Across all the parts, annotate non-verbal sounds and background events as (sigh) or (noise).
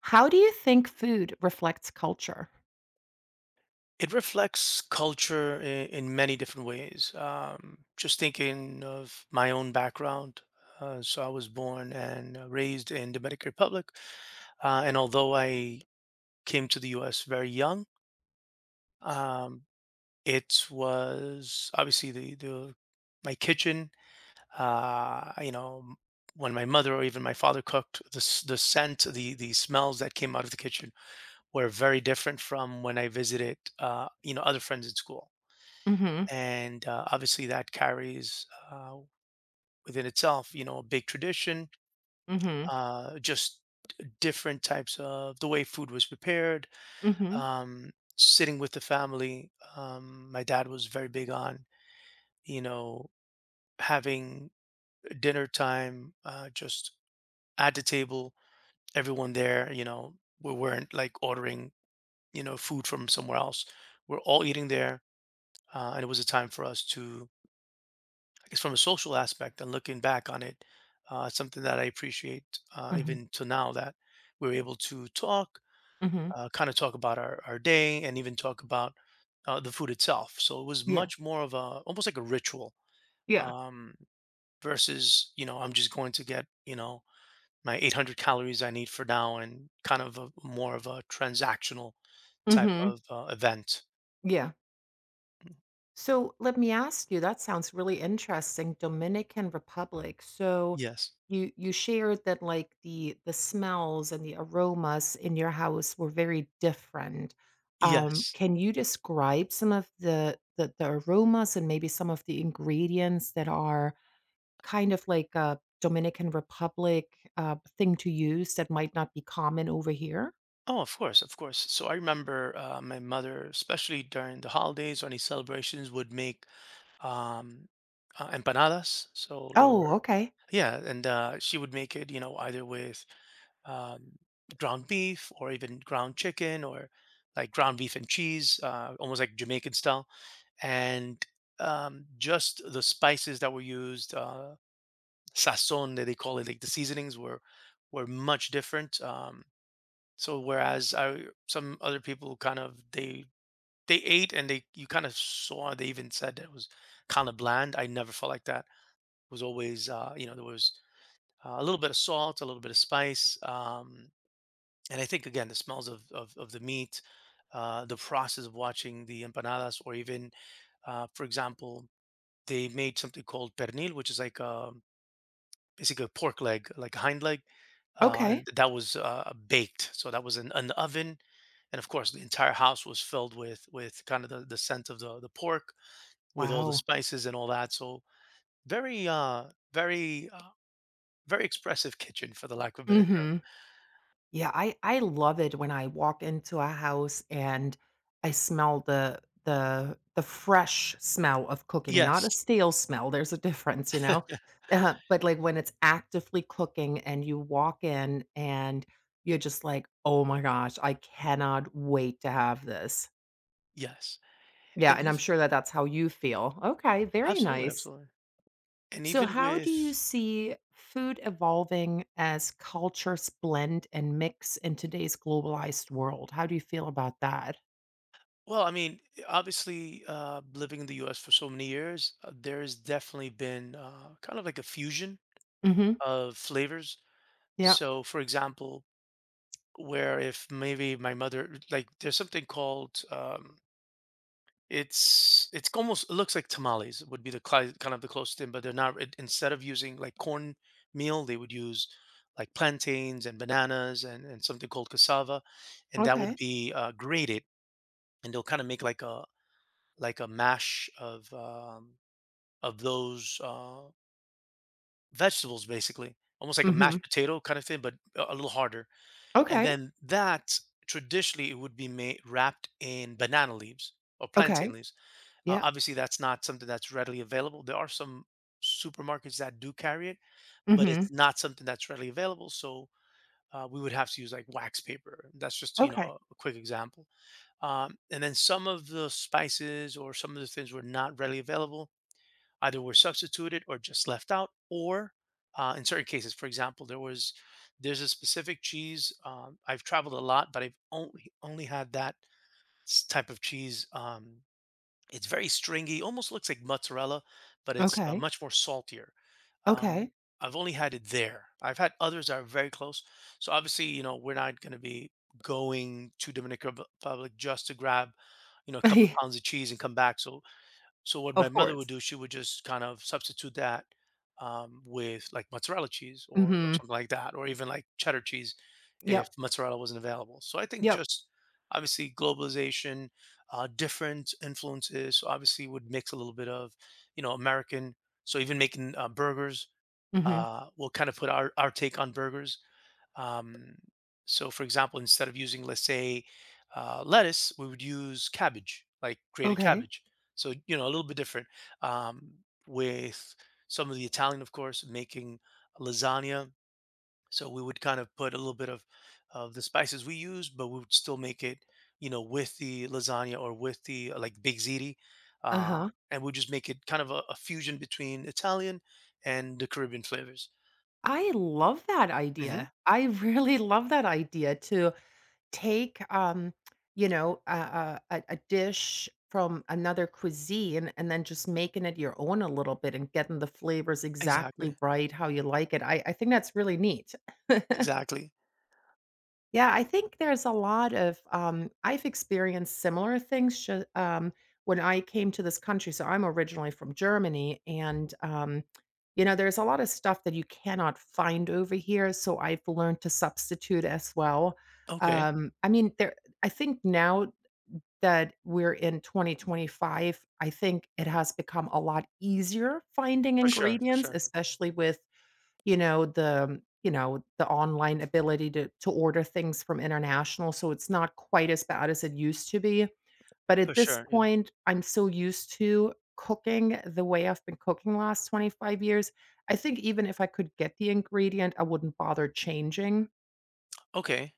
How do you think food reflects culture? It reflects culture in many different ways. Just thinking of my own background. So I was born and raised in Dominican Republic. And although I came to the US very young, um, it was obviously the my kitchen, uh, you know, m- when my mother or even my father cooked, the scent, the smells that came out of the kitchen were very different from when I visited, other friends in school. Mhm. And obviously that carries uh, within itself, you know, a big tradition, Mhm. Just different types of the way food was prepared, Mhm. um, sitting with the family. My dad was very big on, you know, having dinner time just at the table, everyone there, you know, we weren't like ordering, you know, food from somewhere else. We're all eating there. And it was a time for us to because from a social aspect and looking back on it, it's something that I appreciate Mhm. even to now that we're able to talk, Mhm. Kind of talk about our day and even talk about the food itself. So it was Yeah. much more of a almost like a ritual Yeah. um, versus, you know, I'm just going to get, you know, my 800 calories I need for now and kind of a, more of a transactional type Mhm. of event. Yeah. So let me ask you, that sounds really interesting, Dominican Republic. So Yes. you shared that like the smells and the aromas in your house were very different. Yes. Can you describe some of the aromas and maybe some of the ingredients that are kind of like a Dominican Republic, thing to use that might not be common over here? Oh, of course, of course. So I remember my mother, especially during the holidays or any celebrations, would make um, empanadas. So there Oh, were, okay. yeah, and she would make it, you know, either with um, ground beef or even ground chicken or like ground beef and cheese, almost like Jamaican style. And just the spices that were used, sazon, that they call it, like the seasonings were much different. So whereas I some other people kind of they ate and they you kind of saw they even said that it was kind of bland. I never felt like that. It was always you know there was a little bit of salt, a little bit of spice, and I think again the smells of the meat, the process of watching the empanadas, or even for example they made something called pernil, which is like a basically a pork leg, like a hind leg, Okay. and that was baked. So that was in an oven, and of course the entire house was filled with kind of the scent of the pork with all the Wow. spices and all that. So very very very expressive kitchen for the lack of a better term. Mhm. Yeah, I love it when I walk into a house and I smell the fresh smell of cooking, not Yes, a stale smell, there's a difference, you know? (laughs) But, like, when it's actively cooking and you walk in and you're just like, "Oh my gosh, I cannot wait to have this." yes, Yeah, and and I'm even, sure that that's how you feel. Okay, very absolutely, nice. absolutely, and So, even how do you with. see food evolving as cultures blend and mix in today's globalized world? How do you feel about that? Well, I mean, obviously, living in the U.S. for so many years, there's definitely been kind of like a fusion Mhm. of flavors. Yeah. So, for example, where if maybe my mother like there's something called it's almost it looks like tamales would be kind of the closest thing, but they're not. Instead of using like corn meal, they would use like plantains and bananas and something called cassava, and that would Okay. be grated, and they'll kind of make like a mash of those vegetables, basically, almost like a Mhm. mashed potato kind of thing, but a little harder. And Okay. then that traditionally it would be made wrapped in banana leaves or plantain Okay. leaves. Yeah. Obviously, that's not something that's readily available. There are some supermarkets that do carry it, but Mhm. it's not something that's readily available. So we would have to use like wax paper. That's just you Okay. know a quick example. And then some of the spices or some of the things were not readily available either were substituted or just left out, or in certain cases, for example, there's a specific cheese. I've traveled a lot, but I've only had that type of cheese. It's very stringy, almost looks like mozzarella, but it's Okay. much more saltier. Um, Okay. I've only had it there. I've had others that are very close. So obviously, you know, we're not going to be going to Republic just to grab, you know, a (laughs) couple of Yeah, pounds of cheese and come back. So so what my of mother would course. do, she would just kind of substitute that with like mozzarella cheese or Mhm. something like that, or even like cheddar cheese if Yep. mozzarella wasn't available. So I think Yep. just obviously globalization, different influences, so obviously would mix a little bit of, you know, American. So even making burgers, Mhm. We'll kind of put our take on burgers, um, so, for example, instead of using, let's say, lettuce, we would use cabbage, like grated Okay. cabbage. So, you know, a little bit different. Um, with some of the Italian, of course, making lasagna. So we would kind of put a little bit of the spices we use, but we would still make it, you know, with the lasagna or with the like big ziti, uh, Uh-huh. and we just make it kind of a fusion between Italian and the Caribbean flavors. I love that Hmm. idea. I (laughs) really love that idea to take, you know, a dish from another cuisine and then just making it your own a little bit and getting the flavors Exactly. exactly right how you like it. I think that's really neat. (laughs) Exactly. Yeah, I think there's a lot of I've experienced similar things sh when I came to this country. So I'm originally from Germany, and you know, there's a lot of stuff that you cannot find over here. So I've learned to substitute as well. Okay. I mean, there. I think now that we're in 2025, I think it has become a lot easier finding For sure, for ingredients, sure, especially with you know, the online ability to order things from international, so it's not quite as bad as it used to be, but for at this sure. Yeah. point, I'm so used to cooking the way I've been cooking the last 25 years. I think even if I could get the ingredient, I wouldn't bother changing. Okay,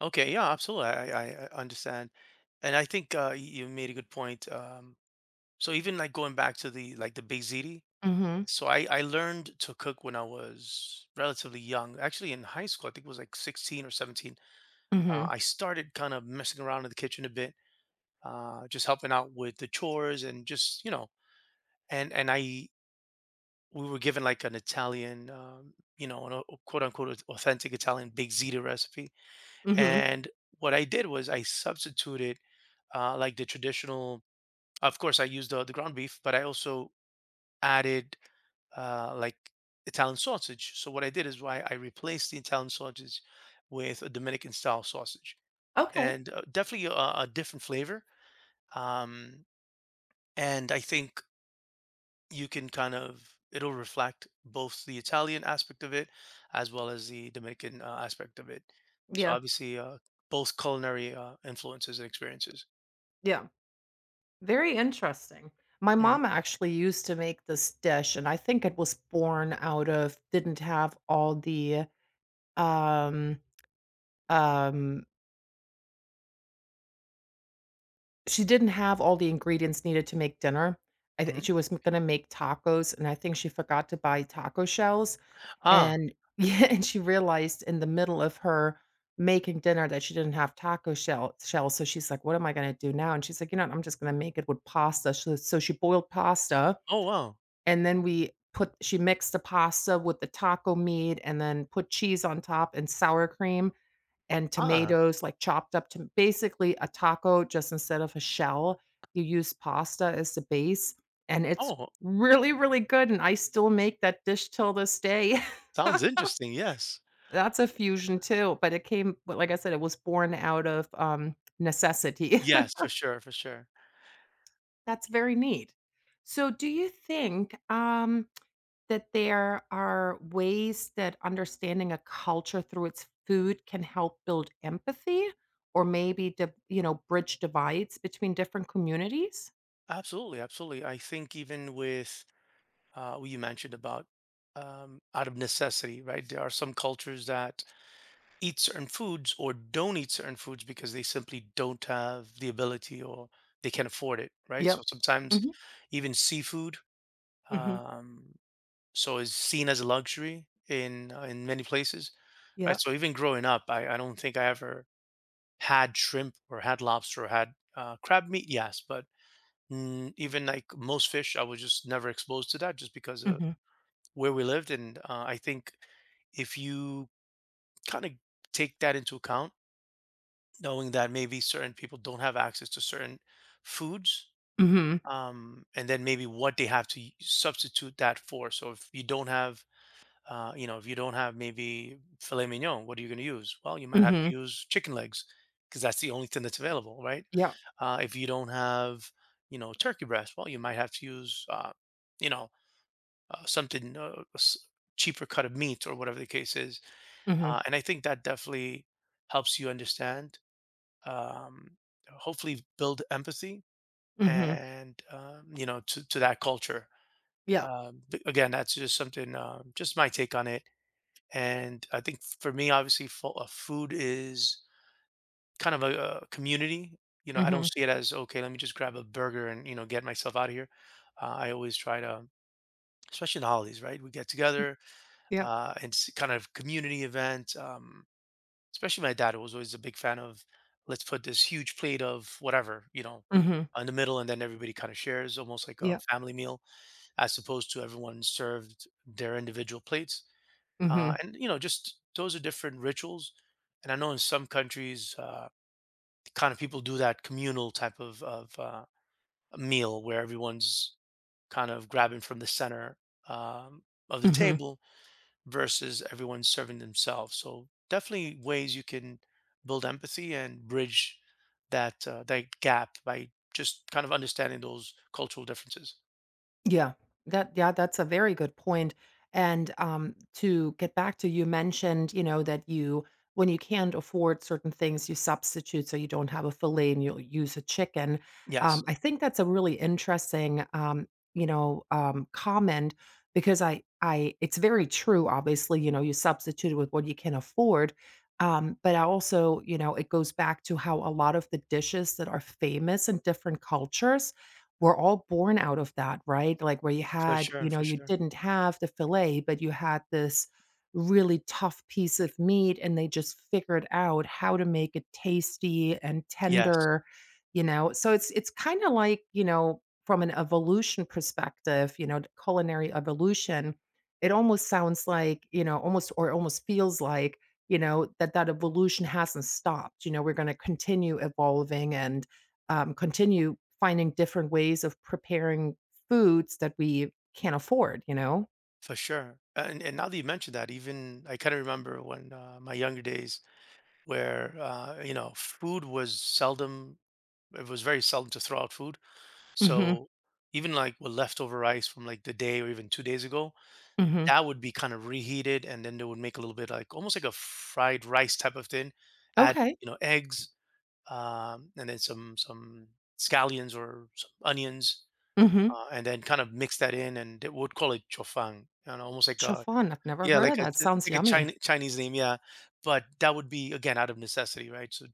okay, yeah, absolutely. I understand, and I think you made a good point. So even like going back to the Bezidi, Mhm. so I learned to cook when I was relatively young. Actually, in high school, I think it was like 16 or 17. Mhm. I started kind of messing around in the kitchen a bit, just helping out with the chores and just you know, and I we were given like an Italian, you know, quote unquote authentic Italian big Bezidi recipe. Mhm. And what I did was I substituted like the traditional. Of course, I used the ground beef, but I also added like Italian sausage. So what I did is why I replaced the Italian sausage with a Dominican style sausage, Okay. and definitely a different flavor. Um, and I think you can kind of it'll reflect both the Italian aspect of it as well as the Dominican aspect of it. So Yeah. obviously, both culinary influences and experiences. Yeah. Very interesting. My mom Mhm, actually used to make this dish, and I think it was born out of didn't have all the, um Um, she didn't have all the ingredients needed to make dinner. I thi mhm. She was gonna make tacos, and I think she forgot to buy taco shells, Ah, and (laughs) yeah, and she realized in the middle of her making dinner that she didn't have taco shells, so she's like, "What am I gonna do now?" And she's like, "You know what, I'm just gonna make it with pasta." So she boiled pasta, oh, wow. and then we put she mixed the pasta with the taco meat and then put cheese on top and sour cream, and Ah, tomatoes, like, chopped up to basically a taco, just instead of a shell, you use pasta as the base, and it's oh, really, really good, and I still make that dish till this day. sounds interesting, yes. (laughs) That's a fusion too, but it came but like I said, it was born out of, necessity. Yes, for sure, for sure. (laughs) That's very neat. So do you think, that there are ways that understanding a culture through its food can help build empathy or maybe div you know, bridge divides between different communities? Absolutely, absolutely. I think even with what you mentioned about out of necessity, right? There are some cultures that eat certain foods or don't eat certain foods because they simply don't have the ability or they can't afford it, right? So Yep. sometimes Mhm. even seafood Mhm. um, so is seen as a luxury in many places, right? Yep. So even growing up, I don't think I ever had shrimp or had lobster or had crab meat, yes. But mm, even like most fish, I was just never exposed to that just because of Mhm. where we lived. And I think if you kind of take that into account, knowing that maybe certain people don't have access to certain foods, Mhm. And then maybe what they have to substitute that for. So if you don't have uh, you know, if you don't have maybe filet mignon, what are you going to use? Well, you might have to Mhm. use chicken legs because that's the only thing that's available, right? Yep. If you don't have, you know, turkey breast, well, you might have to use, you know, something cheaper cut of meat or whatever the case is. Mhm. And I think that definitely helps you understand, um, hopefully build empathy Mhm. and, you know, to that culture. Yeah. But again, that's just something, just my take on it, and I think for me, obviously, food is kind of a, community. You know, I don't Mhm. see it as okay. Let me just grab a burger and you know get myself out of here. I always try to, especially in the holidays, right? We get Y together Yep. And it's kind of community event. Especially my dad was always a big fan of let's put this huge plate of whatever you know Mhm. in the middle, and then everybody kind of shares, almost like a Yep. family meal, as opposed to everyone served their individual plates, Mhm. and you know just those are different rituals. And I know in some countries kind of people do that communal type of meal where everyone's kind of grabbing from the center, um, of the Mhm. table versus everyone serving themselves. So definitely ways you can build empathy and bridge that that gap by just kind of understanding those cultural differences. Yeah. That yeah, that's a very good point. And, to get back to you mentioned, you know, that you when you can't afford certain things, you substitute, so you don't have a filet and you'll use a chicken. Yes, I think that's a really interesting, you know, comment because I it's very true, obviously, you know, you substitute with what you can afford, but I also you know, it goes back to how a lot of the dishes that are famous in different cultures we're all born out of that, right? Like where you for had, you sure, know, for you sure, didn't have the fillet, but you had this really tough piece of meat and they just figured out how to make it tasty and yes. tender, you know. So it's kind of like, you know, from an evolution perspective, you know, the culinary evolution, it almost sounds like, you know, almost or almost feels like you know that that evolution hasn't stopped you know we're going to continue evolving and continue finding different ways of preparing foods that we can't afford, you know? For sure. And now that you mentioned that, even I kind of remember when my younger days where you know, food was seldom, it was very seldom to throw out food. Mhm, So even like with leftover rice from like the day or even 2 days ago, mhm. that would be kind of reheated and then they would make a little bit like almost like a fried rice type of thing, add, Okay. you know, eggs, and then some scallions or some onions, Mhm. And then kind of mix that in and they would call it chofang, you know, almost like a Chaufon, I've never yeah, heard of that, sounds like a yummy. Chinese name, yeah, but that would be, again, out of necessity, right? So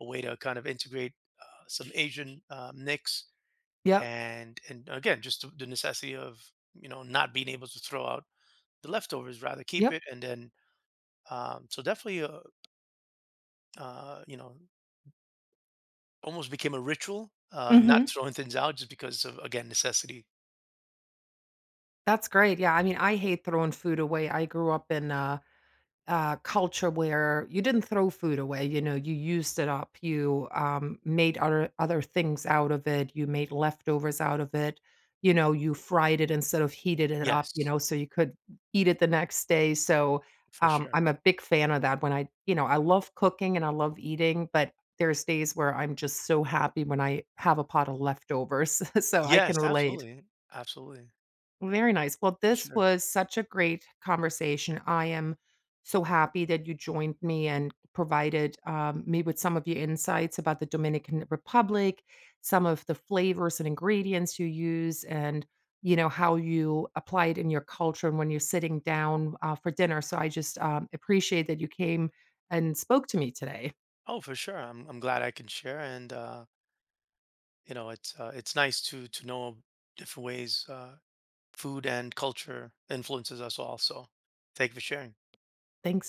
a way to kind of integrate, some Asian, nicks. Yep, And again, just the necessity of, you know, not being able to throw out the leftovers, rather keep yep. it, and then, so definitely, you know, almost became a ritual, not Mhm. throwing things out just because of, again, necessity. That's great, yeah, I mean, I hate throwing food away, I grew up in a culture where you didn't throw food away, you know, you used it up, you made other things out of it, you made leftovers out of it, you know, you fried it instead of heated it up, you Yes, know, so you could eat it the next day. So for sure. I'm a big fan of that. When I, you know, I love cooking and I love eating, but there's days where I'm just so happy when I have a pot of leftovers, (laughs) so I can Yes, relate. absolutely. Absolutely. Very nice. Well, For this sure. was such a great conversation. I am so happy that you joined me and provided me with some of your insights about the Dominican Republic, some of the flavors and ingredients you use, and you know how you apply it in your culture and when you're sitting down for dinner. So I just appreciate that you came and spoke to me today. Oh, for sure. I'm glad I can share, and you know, it's nice to know different ways food and culture influences us all. So, thank you for sharing. Thanks.